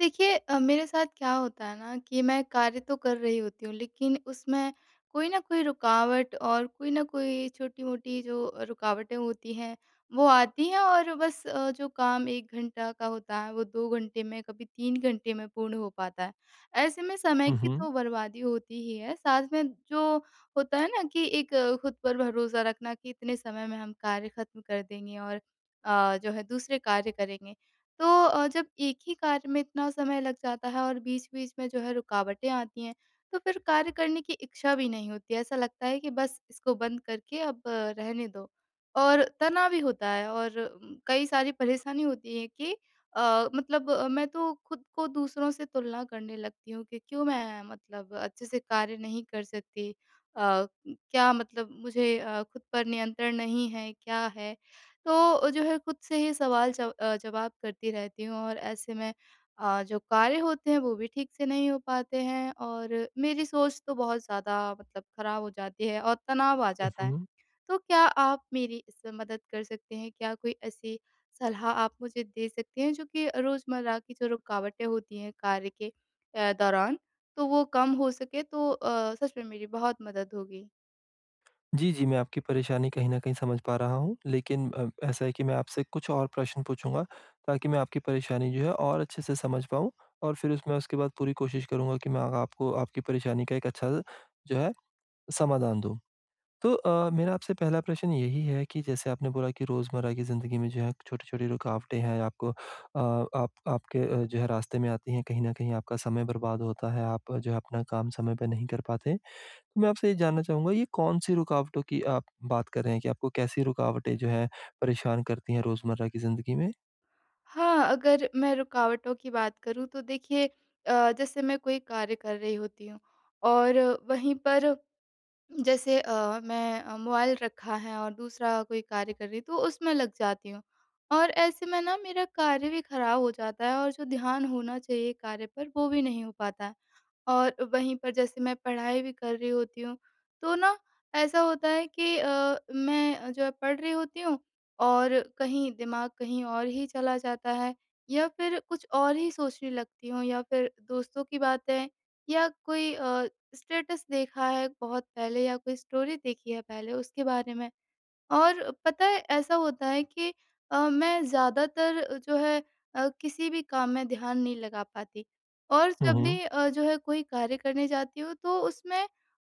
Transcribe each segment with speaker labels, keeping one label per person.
Speaker 1: देखिए, मेरे साथ क्या होता है ना कि मैं कार्य तो कर रही होती हूँ, लेकिन उसमें कोई ना कोई रुकावट और कोई ना कोई छोटी-मोटी जो रुकावटें होती हैं वो आती हैं। और बस जो काम 1 घंटा का होता है वो 2 घंटे में कभी 3 घंटे में पूर्ण हो पाता है। ऐसे में समय
Speaker 2: हुँ,
Speaker 1: की
Speaker 2: हुँ।
Speaker 1: तो बर्बादी होती ही है, साथ में जो होता है ना कि एक खुद पर भरोसा रखना कि इतने समय में हम कार्य खत्म कर देंगे और जो है दूसरे कार्य करेंगे। तो जब एक ही कार्य में इतना समय लग जाता है और बीच-बीच में जो है रुकावटें आती हैं, तो फिर कार्य करने की इच्छा भी नहीं होती। ऐसा लगता है कि बस इसको बंद करके अब रहने दो। और तनाव भी होता है और कई सारी परेशानी होती है कि मतलब मैं तो खुद को दूसरों से तुलना करने लगती हूँ कि क्यों मैं मतलब अच्छे से कार्य नहीं कर सकती? अ, क्या मतलब मुझे खुद पर नियंत्रण नहीं है, क्या है? तो जो है खुद से ही सवाल जवाब करती रहती हूँ और ऐसे में जो कार्य होते हैं वो भी ठीक से नहीं हो पाते हैं और मेरी सोच तो बहुत ज़्यादा मतलब खराब हो जाती है और तनाव आ
Speaker 2: हुँ,
Speaker 1: जाता है।
Speaker 2: हुँ।
Speaker 1: तो क्या आप मेरी इसमें मदद कर सकते हैं? क्या कोई ऐसी सलाह आप मुझे दे सकते हैं जो कि रोज़मर्रा की जो रुकावटें होती हैं कार्य के दौरान, तो वो कम हो सके, तो सच में मेरी बहुत मदद होगी।
Speaker 2: जी, जी, मैं आपकी परेशानी कहीं न कहीं समझ पा रहा हूँ, लेकिन ऐसा है कि मैं आपसे कुछ और प्रश्न पूछूँगा ताकि मैं आपकी परेशानी जो है और अच्छे से समझ पाऊँ, और फिर उसमें उसके बाद पूरी कोशिश करूँगा कि मैं आ आपको आपकी परेशानी का एक अच्छा जो है समाधान दूँ। तो मेरा आपसे पहला प्रश्न यही है कि जैसे आपने बोला कि रोज़मर्रा की ज़िंदगी में जो है छोटी-छोटी रुकावटें हैं आपको, आप आपके जो है रास्ते में आती हैं, कहीं न कहीं आपका समय बर्बाद होता है, आप जो है अपना काम समय पे नहीं कर पाते। तो मैं आपसे ये जानना चाहूँगा, ये कौन-सी रुकावटों की आप बात कर रहे हैं, कि आपको कैसी रुकावटें जो हैं परेशान करती हैं रोज़मर्रा की ज़िंदगी में?
Speaker 1: हाँ, अगर मैं रुकावटों की बात करूँ तो देखिए, जैसे मैं कोई कार्य कर रही होती हूँ, और वहीं पर जैसे मैं मोबाइल रखा है और दूसरा कोई कार्य कर रही हूँ तो उसमें लग जाती हूँ। और ऐसे में ना मेरा कार्य भी खराब हो जाता है और जो ध्यान होना चाहिए कार्य पर वो भी नहीं हो पाता है। और वहीं पर जैसे मैं पढ़ाई भी कर रही होती हूँ, तो ना ऐसा होता है कि मैं जो है पढ़ रही होती हूँ और कहीं दिमाग कहीं और ही चला जाता है, या फिर कुछ और ही सोचने लगती हूँ, या फिर दोस्तों की बातें, या कोई स्टेटस देखा है बहुत पहले, या कोई स्टोरी देखी है पहले, उसके बारे में। और पता है ऐसा होता है कि मैं ज़्यादातर जो है किसी भी काम में ध्यान नहीं लगा पाती। और
Speaker 2: हुँ,
Speaker 1: जब
Speaker 2: हुँ।
Speaker 1: भी जो है कोई कार्य करने जाती हूँ तो उसमें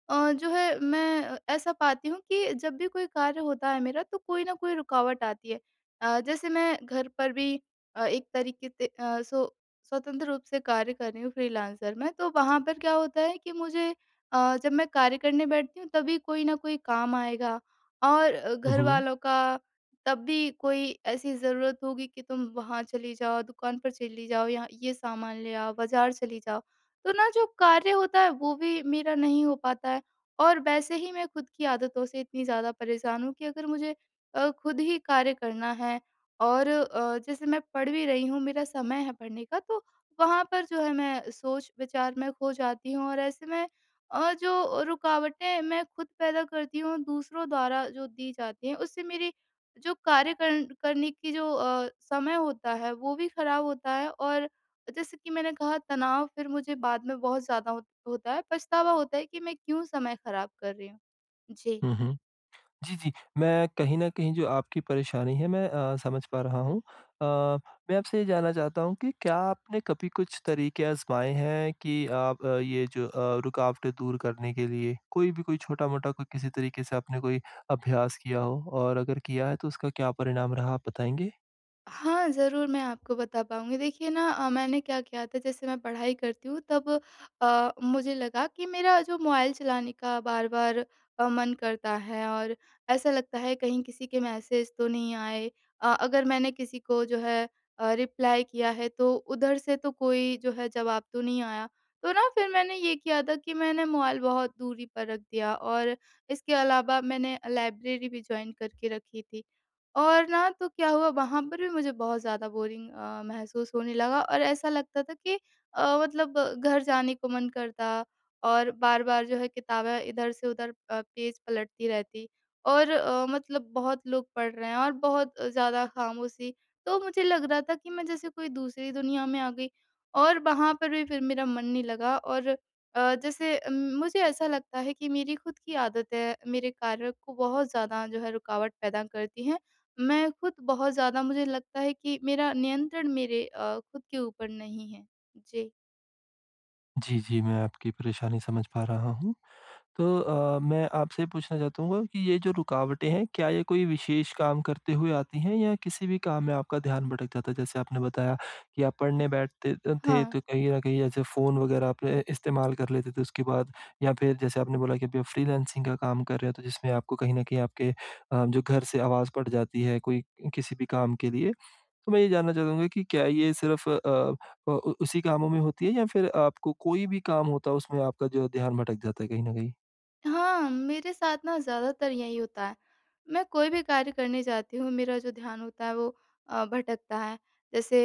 Speaker 1: जो है मैं ऐसा पाती हूँ कि जब भी कोई कार्य होता है मेरा तो कोई ना कोई रुकावट आती है। जैसे मैं घर पर भी एक तरीके से स्वतंत्र रूप से कार्य कर रही हूँ फ्रीलांसर में, तो वहाँ पर क्या होता है कि मुझे जब मैं कार्य करने बैठती हूँ तभी कोई ना कोई काम आएगा। और
Speaker 2: हुँ, हुँ।
Speaker 1: घरवालों का तब भी कोई ऐसी ज़रूरत होगी कि तुम वहाँ चली जाओ, दुकान पर चली जाओ, या ये सामान ले आओ, बाज़ार चली जाओ। तो ना जो कार्य होता है वो भी मेरा नहीं हो पाता है। और वैसे ही मैं खुद की आदतों से इतनी ज़्यादा परेशान हूँ कि अगर मुझे खुद ही कार्य करना है, और जैसे मैं पढ़ भी रही हूँ, मेरा समय है पढ़ने का, तो वहाँ पर जो है मैं सोच-विचार में खो जाती हूँ। और ऐसे में जो रुकावटें मैं खुद पैदा करती हूँ, दूसरों द्वारा जो दी जाती हैं, उससे मेरी जो कार्य करने की जो समय होता है वो भी खराब होता है। और जैसे कि मैंने कहा, तनाव फिर मुझे बाद में बहुत ज्यादा होता है, पछतावा होता है कि मैं क्यों समय खराब कर रही हूँ। जी।
Speaker 2: हुँ, हुँ। जी, जी। मैं कहीं न कहीं जो आपकी परेशानी है मैं समझ पा रहा हूँ। अ, मैं आपसे ये जानना चाहता हूँ कि क्या आपने कभी कुछ तरीके आज़माए हैं कि आप ये जो रुकावटें दूर करने के लिए? कोई भी, कोई छोटा-मोटा, कोई किसी तरीके से आपने कोई अभ्यास किया हो, और अगर किया है तो उसका क्या परिणाम रहा, आप बताएँगे?
Speaker 1: हाँ, ज़रूर मैं आपको बता पाऊँगी। देखिए ना, मैंने क्या किया था, जैसे मैं पढ़ाई करती हूँ तब मुझे लगा कि मेरा जो मोबाइल चलाने का बार-बार मन करता है, और ऐसा लगता है कहीं किसी के मैसेज तो नहीं आए। अगर मैंने किसी को जो है रिप्लाई किया है तो उधर से तो कोई जो है जवाब तो नहीं आया। तो ना फिर मैंने ये किया था कि मैंने मोबाइल बहुत दूरी पर रख दिया, और इसके अलावा मैंने लाइब्रेरी भी जॉइन करके रखी थी। और ना तो क्या हुआ वहाँ पर भी मुझे बहुत ज़्यादा बोरिंग महसूस होने लगा, और ऐसा लगता था कि मतलब घर जाने को मन करता, और बार-बार जो है किताबें इधर से उधर पेज पलटती रहती, और मतलब बहुत लोग पढ़ रहे हैं और बहुत ज़्यादा खामोशी। तो मुझे लग रहा था कि मैं जैसे कोई दूसरी दुनिया में आ गई, और वहाँ पर भी फिर मेरा मन नहीं लगा। और जैसे मुझे ऐसा लगता है कि मेरी खुद की आदतें मेरे कार्य को बहुत ज़्यादा जो है रुकावट पैदा करती हैं। मैं खुद बहुत ज़्यादा, मुझे लगता है कि मेरा नियंत्रण मेरे खुद के ऊपर नहीं है। जी।
Speaker 2: जी, जी, मैं आपकी परेशानी समझ पा रहा हूँ। तो मैं आपसे पूछना चाहूँगा कि ये जो रुकावटें हैं, क्या ये कोई विशेष काम करते हुए आती हैं, या किसी भी काम में आपका ध्यान भटक जाता है? जैसे आपने बताया कि आप पढ़ने बैठते थे,
Speaker 1: हाँ।
Speaker 2: तो कहीं न कहीं ऐसे फ़ोन वग़ैरह आप इस्तेमाल कर लेते थे उसके बाद, या फिर जैसे आपने बोला कि अभी आप फ्रीलांसिंग का काम कर रहे हो, तो जिसमें आपको कहीं न कहीं आपके जो घर से आवाज़ पड़ जाती है कोई किसी भी काम के लिए। तो मैं ये जानना चाहूँगा कि क्या ये सिर्फ़ उ उसी कामों में होती है, या फिर आपको कोई भी काम होता है उसमें आपका जो है ध्यान भटक जाता है कहीं न कहीं?
Speaker 1: हाँ, मेरे साथ ना ज़्यादातर यही होता है। मैं कोई भी कार्य करने जाती हूँ, मेरा जो ध्यान होता है वो भटकता है। जैसे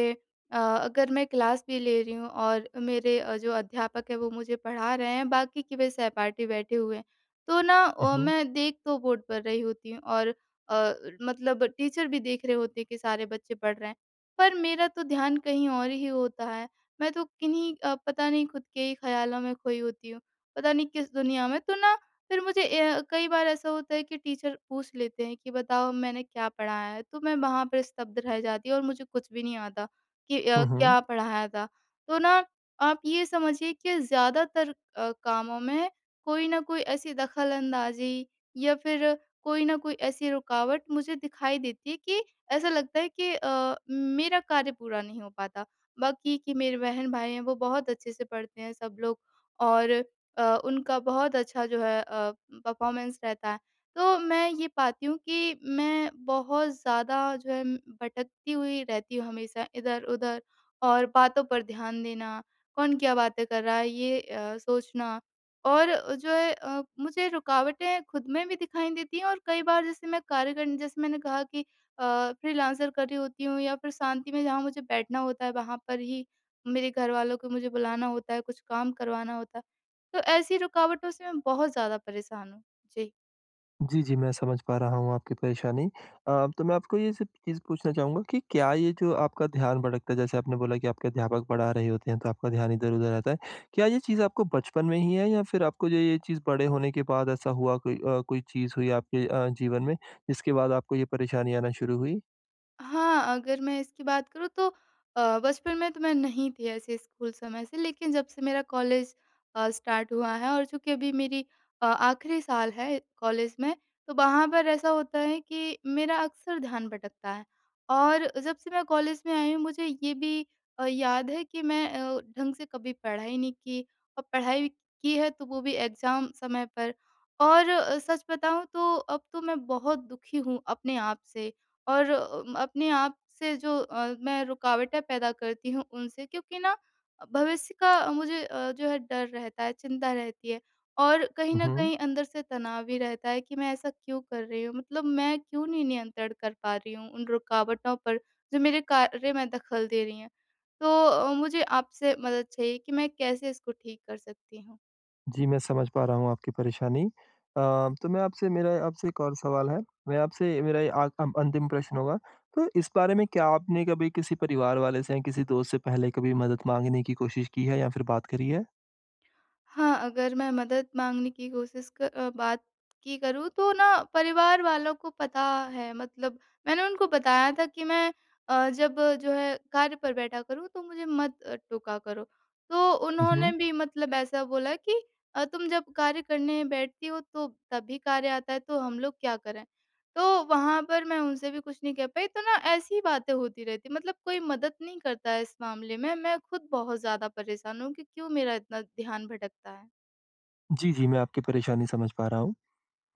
Speaker 1: अगर मैं क्लास भी ले रही हूँ और मेरे जो अध्यापक हैं वो मुझे पढ़ा रहे हैं, बाकी के वे सहपाठी बैठे हुए हैं। तो ना,
Speaker 2: हुँ, हुँ।
Speaker 1: मैं देख तो बोर्ड पर रही होती हूँ और मतलब टीचर भी देख रहे होते हैं कि सारे बच्चे पढ़ रहे हैं। पर मेरा तो ध्यान कहीं और ही होता है। मैं तो किन्हीं, पता नहीं खुद के ही ख़्यालों में खोई होती हूँ, पता नहीं किस दुनिया में। तो ना, फिर मुझे कई बार ऐसा होता है कि टीचर पूछ लेते हैं कि बताओ मैंने क्या पढ़ाया है, तो मैं वहाँ पर स्तब्ध रह जाती हूँ और मुझे कुछ भी नहीं आता कि
Speaker 2: हुँ, हुँ।
Speaker 1: क्या पढ़ाया था। तो ना, आप ये समझिए कि ज़्यादातर कामों में कोई ना कोई ऐसी दखल-अंदाज़ी, या फिर कोई ना कोई ऐसी रुकावट मुझे दिखाई देती है कि ऐसा लगता है कि मेरा कार्य पूरा नहीं हो पाता। बाकी कि मेरे बहन-भाई हैं वो बहुत अच्छे से पढ़ते हैं सब लोग, और उनका बहुत अच्छा जो है परफ़ॉर्मेंस रहता है। तो मैं ये पाती हूँ कि मैं बहुत ज़्यादा जो है भटकती हुई रहती हूँ हमेशा इधर-उधर, और बातों पर ध्यान देना, कौन क्या बातें कर रहा है ये सोचना, और जो है मुझे रुकावटें खुद में भी दिखाई देती हैं। और कई बार जैसे मैं कार्य करने, जैसे मैंने कहा कि फ्रीलांसर कर रही होती हूँ या फिर शांति में जहाँ मुझे बैठना होता है वहाँ पर ही मेरे घरवालों को मुझे बुलाना होता है, कुछ काम करवाना होता है। तो ऐसी रुकावटों से मैं बहुत ज़्यादा परेशान हूँ। जी।
Speaker 2: जी, जी, मैं समझ पा रहा हूँ आपकी परेशानी। तो मैं आपको ये सिर्फ़ चीज़ पूछना चाहूँगा कि क्या ये जो आपका ध्यान भटकता है, जैसे आपने बोला कि आपके अध्यापक पढ़ा रहे होते हैं तो आपका ध्यान इधर-उधर रहता है। क्या ये चीज़ आपको बचपन में ही है, या फिर आपको जो ये चीज़ बड़े होने के बाद ऐसा हुआ, कोई कोई चीज़ हुई आपके जीवन में, जिसके बाद आपको ये परेशानी आना शुरू हुई?
Speaker 1: हाँ, अगर मैं इसकी बात करूँ तो बचपन में तो मैं नहीं थी ऐसे स्कूल समय से, लेकिन जब से मेरा कॉलेज स्टार्ट हुआ है, और चूँकि अभी मेरी आखिरी साल है कॉलेज में, तो वहाँ पर ऐसा होता है कि मेरा अक्सर ध्यान भटकता है। और जब से मैं कॉलेज में आई हूँ, मुझे ये भी याद है कि मैं ढंग से कभी पढ़ाई नहीं की, और पढ़ाई की है, तो वो भी एग्ज़ाम समय पर। और सच बताऊँ तो अब तो मैं बहुत दुखी हूँ अपने आप से। और अपने आप से जो मैं रुकावटें पैदा करती हूँ उनसे, क्योंकि ना भविष्य का मुझे जो है डर रहता है, चिंता रहती है, और कहीं
Speaker 2: हुँ,
Speaker 1: न
Speaker 2: हुँ।
Speaker 1: कहीं अंदर से तनाव भी रहता है कि मैं ऐसा क्यों कर रही हूँ? मतलब मैं क्यों नहीं नियंत्रण कर पा रही हूँ उन रुकावटों पर जो मेरे कार्य में दखल दे रही हैं? तो मुझे आपसे मदद चाहिए कि मैं कैसे इसको ठीक कर सकती हूँ?
Speaker 2: जी, मैं समझ पा रहा हूँ आपकी परेशानी। तो मैं आपसे, मेरा आपसे एक और सवाल है। मैं आपसे, मेरा ये अंतिम प्रश्न होगा। तो इस बारे में क्या आपने कभी किसी परिवार वाले से या किसी दोस्त से पहले कभी मदद माँगने की कोशिश की है, या फिर बात करी है?
Speaker 1: हाँ, अगर मैं मदद माँगने की कोशिश बात की करूँ तो ना, परिवार वालों को पता है, मतलब मैंने उनको बताया था कि मैं जब जो है कार्य पर बैठा करूँ तो मुझे मत टोका करो। तो उन्होंने
Speaker 2: हुँ।
Speaker 1: भी मतलब ऐसा बोला कि तुम जब कार्य करने बैठती हो तो तभी कार्य आता है, तो हम लोग क्या करें? तो वहाँ पर मैं उनसे भी कुछ नहीं कह पाई, तो ना ऐसी ही बातें होती रहती हैं, मतलब कोई मदद नहीं करता है इस मामले में। मैं खुद बहुत ज़्यादा परेशान हूँ कि क्यों मेरा इतना ध्यान भटकता है।
Speaker 2: जी, जी, मैं आपकी परेशानी समझ पा रहा हूँ।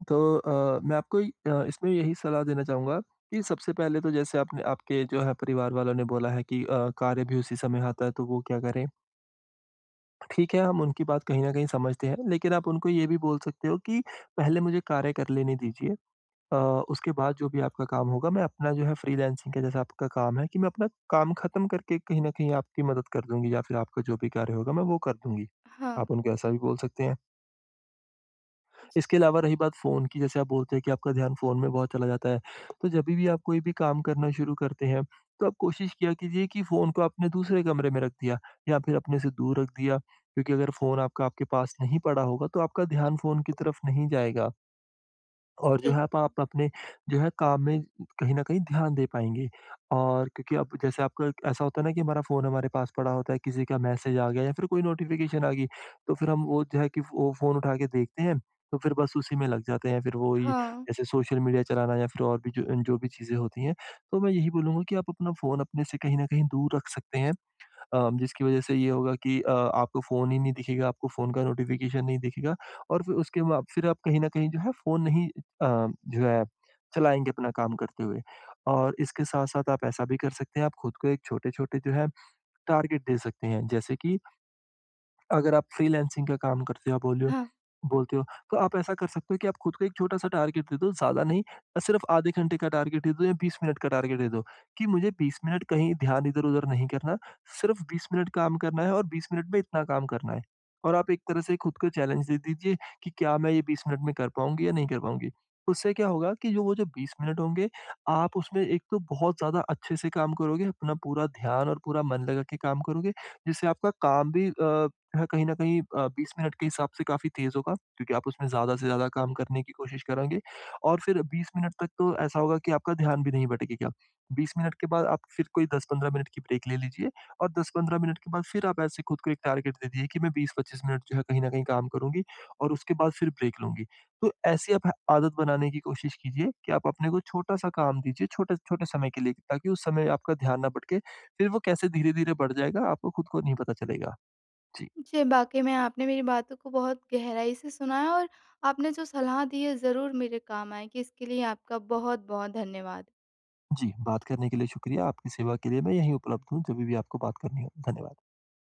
Speaker 2: तो मैं आपको इसमें यही सलाह देना चाहूँगा कि सबसे पहले तो जैसे आपने, आपके जो है परिवार वालों ने बोला है कि कार्य भी उसी समय आता है, तो वो क्या करें? ठीक है, हम उनकी बात कहीं न कहीं समझते हैं, लेकिन आप उनको ये भी बोल सकते हो कि पहले मुझे कार्य कर लेने दीजिए, अ, उसके बाद जो भी आपका काम होगा, मैं अपना जो है फ्रीलांसिंग का जैसा आपका काम है, कि मैं अपना काम ख़त्म करके कहीं न कहीं आपकी मदद कर दूँगी, या फिर आपका जो भी कार्य होगा मैं वो कर दूँगी।
Speaker 1: हाँ।
Speaker 2: आप उनको ऐसा भी बोल सकते हैं। इसके अलावा रही बात फ़ोन की, जैसे आप बोलते हैं कि आपका ध्यान फ़ोन में बहुत चला जाता है, तो जभी भी आप कोई भी काम करना शुरू करते हैं, तो आप कोशिश किया कीजिए कि फ़ोन को आपने दूसरे कमरे में रख दिया, या फिर अपने से दूर रख दिया, क्योंकि अगर फ़ोन आपका आपके पास नहीं पड़ा होगा, तो आपका ध्यान फ़ोन की तरफ नहीं जाएगा। और जो
Speaker 1: जी।
Speaker 2: है आप अपने जो है काम में कहीं न कहीं ध्यान दे पाएँगे। और क्योंकि अब जैसे आपका एक ऐसा होता है ना कि हमारा फ़ोन हमारे पास पड़ा होता है, किसी का मैसेज आ गया, या फिर कोई नोटिफ़िकेशन आ गई, तो फिर हम वो जो है कि वो फ़ोन उठा के देखते हैं, तो फिर बस उसी में लग जाते हैं। फिर वो ही
Speaker 1: हाँ,
Speaker 2: जैसे सोशल मीडिया चलाना, या फिर और भी जो जो भी चीज़ें होती हैं। तो मैं यही बोलूँगा कि आप अपना फ़ोन अपने से कहीं न कहीं दूर रख सकते हैं। जिसकी वजह से ये होगा कि आपको फ़ोन ही नहीं दिखेगा, आपको फ़ोन का नोटिफ़िकेशन नहीं दिखेगा, और फिर उसके बाद फिर आप कहीं न कहीं जो है फ़ोन नहीं जो है चलाएँगे अपना काम करते हुए। और इसके साथ-साथ आप ऐसा भी कर सकते हैं, आप खुद को एक छोटे-छोटे जो है टारगेट दे सकते हैं। जैसे कि अगर आप फ्रीलांसिंग का काम करते हो, आप बोलियो
Speaker 1: हाँ।
Speaker 2: बोलते हो, तो आप ऐसा कर सकते हो कि आप खुद को एक छोटा-सा टारगेट दे दो, ज़्यादा नहीं, सिर्फ़ आधे घंटे का टारगेट दे दो या 20 मिनट का टारगेट दे दो, कि मुझे 20 मिनट कहीं ध्यान इधर-उधर नहीं करना, सिर्फ़ 20 मिनट काम करना है और 20 मिनट में इतना काम करना है। और आप एक तरह से खुद को चैलेंज दे दीजिए कि क्या मैं ये 20 मिनट में कर पाऊँगी या नहीं कर पाऊँगी। उससे क्या होगा कि जो वो जो 20 मिनट होंगे, आप उसमें एक तो बहुत ज़्यादा अच्छे से काम करोगे, अपना पूरा ध्यान और पूरा मन लगा के काम करोगे, जिससे आपका काम भी हाँ, कहीं न कहीं 20 मिनट के हिसाब से काफ़ी तेज़ होगा, क्योंकि आप उसमें ज़्यादा से ज़्यादा काम करने की कोशिश करेंगे, और फिर 20 मिनट तक तो ऐसा होगा कि आपका ध्यान भी नहीं भटकेगा। 20 मिनट के बाद आप फिर कोई 10-15 मिनट की ब्रेक ले लीजिए, और 10-15 मिनट के बाद फिर आप ऐसे खुद को एक टारगेट दे दीजिए कि मैं 20-25 मिनट जो है कहीं न कहीं काम करूँगी, और उसके बाद फिर ब्रेक लूँगी। तो ऐसी आप आदत बनाने की कोशिश कीजिए कि आप अपने को छोटा-सा काम दीजिए, छोटे छोटे समय के लिए, ताकि उस समय आपका ध्यान ना भटके। फिर वो कैसे धीरे-धीरे बढ़ जाएगा, आपको खुद को नहीं पता चलेगा। जी।
Speaker 1: जी, वाक़ई में आपने मेरी बातों को बहुत गहराई से सुना है और आपने जो सलाह दी है ज़रूर मेरे काम आएगी। इसके लिए आपका बहुत-बहुत धन्यवाद।
Speaker 2: जी, बात करने के लिए शुक्रिया। आपकी सेवा के लिए मैं यहीं उपलब्ध हूँ, जभी भी आपको बात करनी हो। धन्यवाद।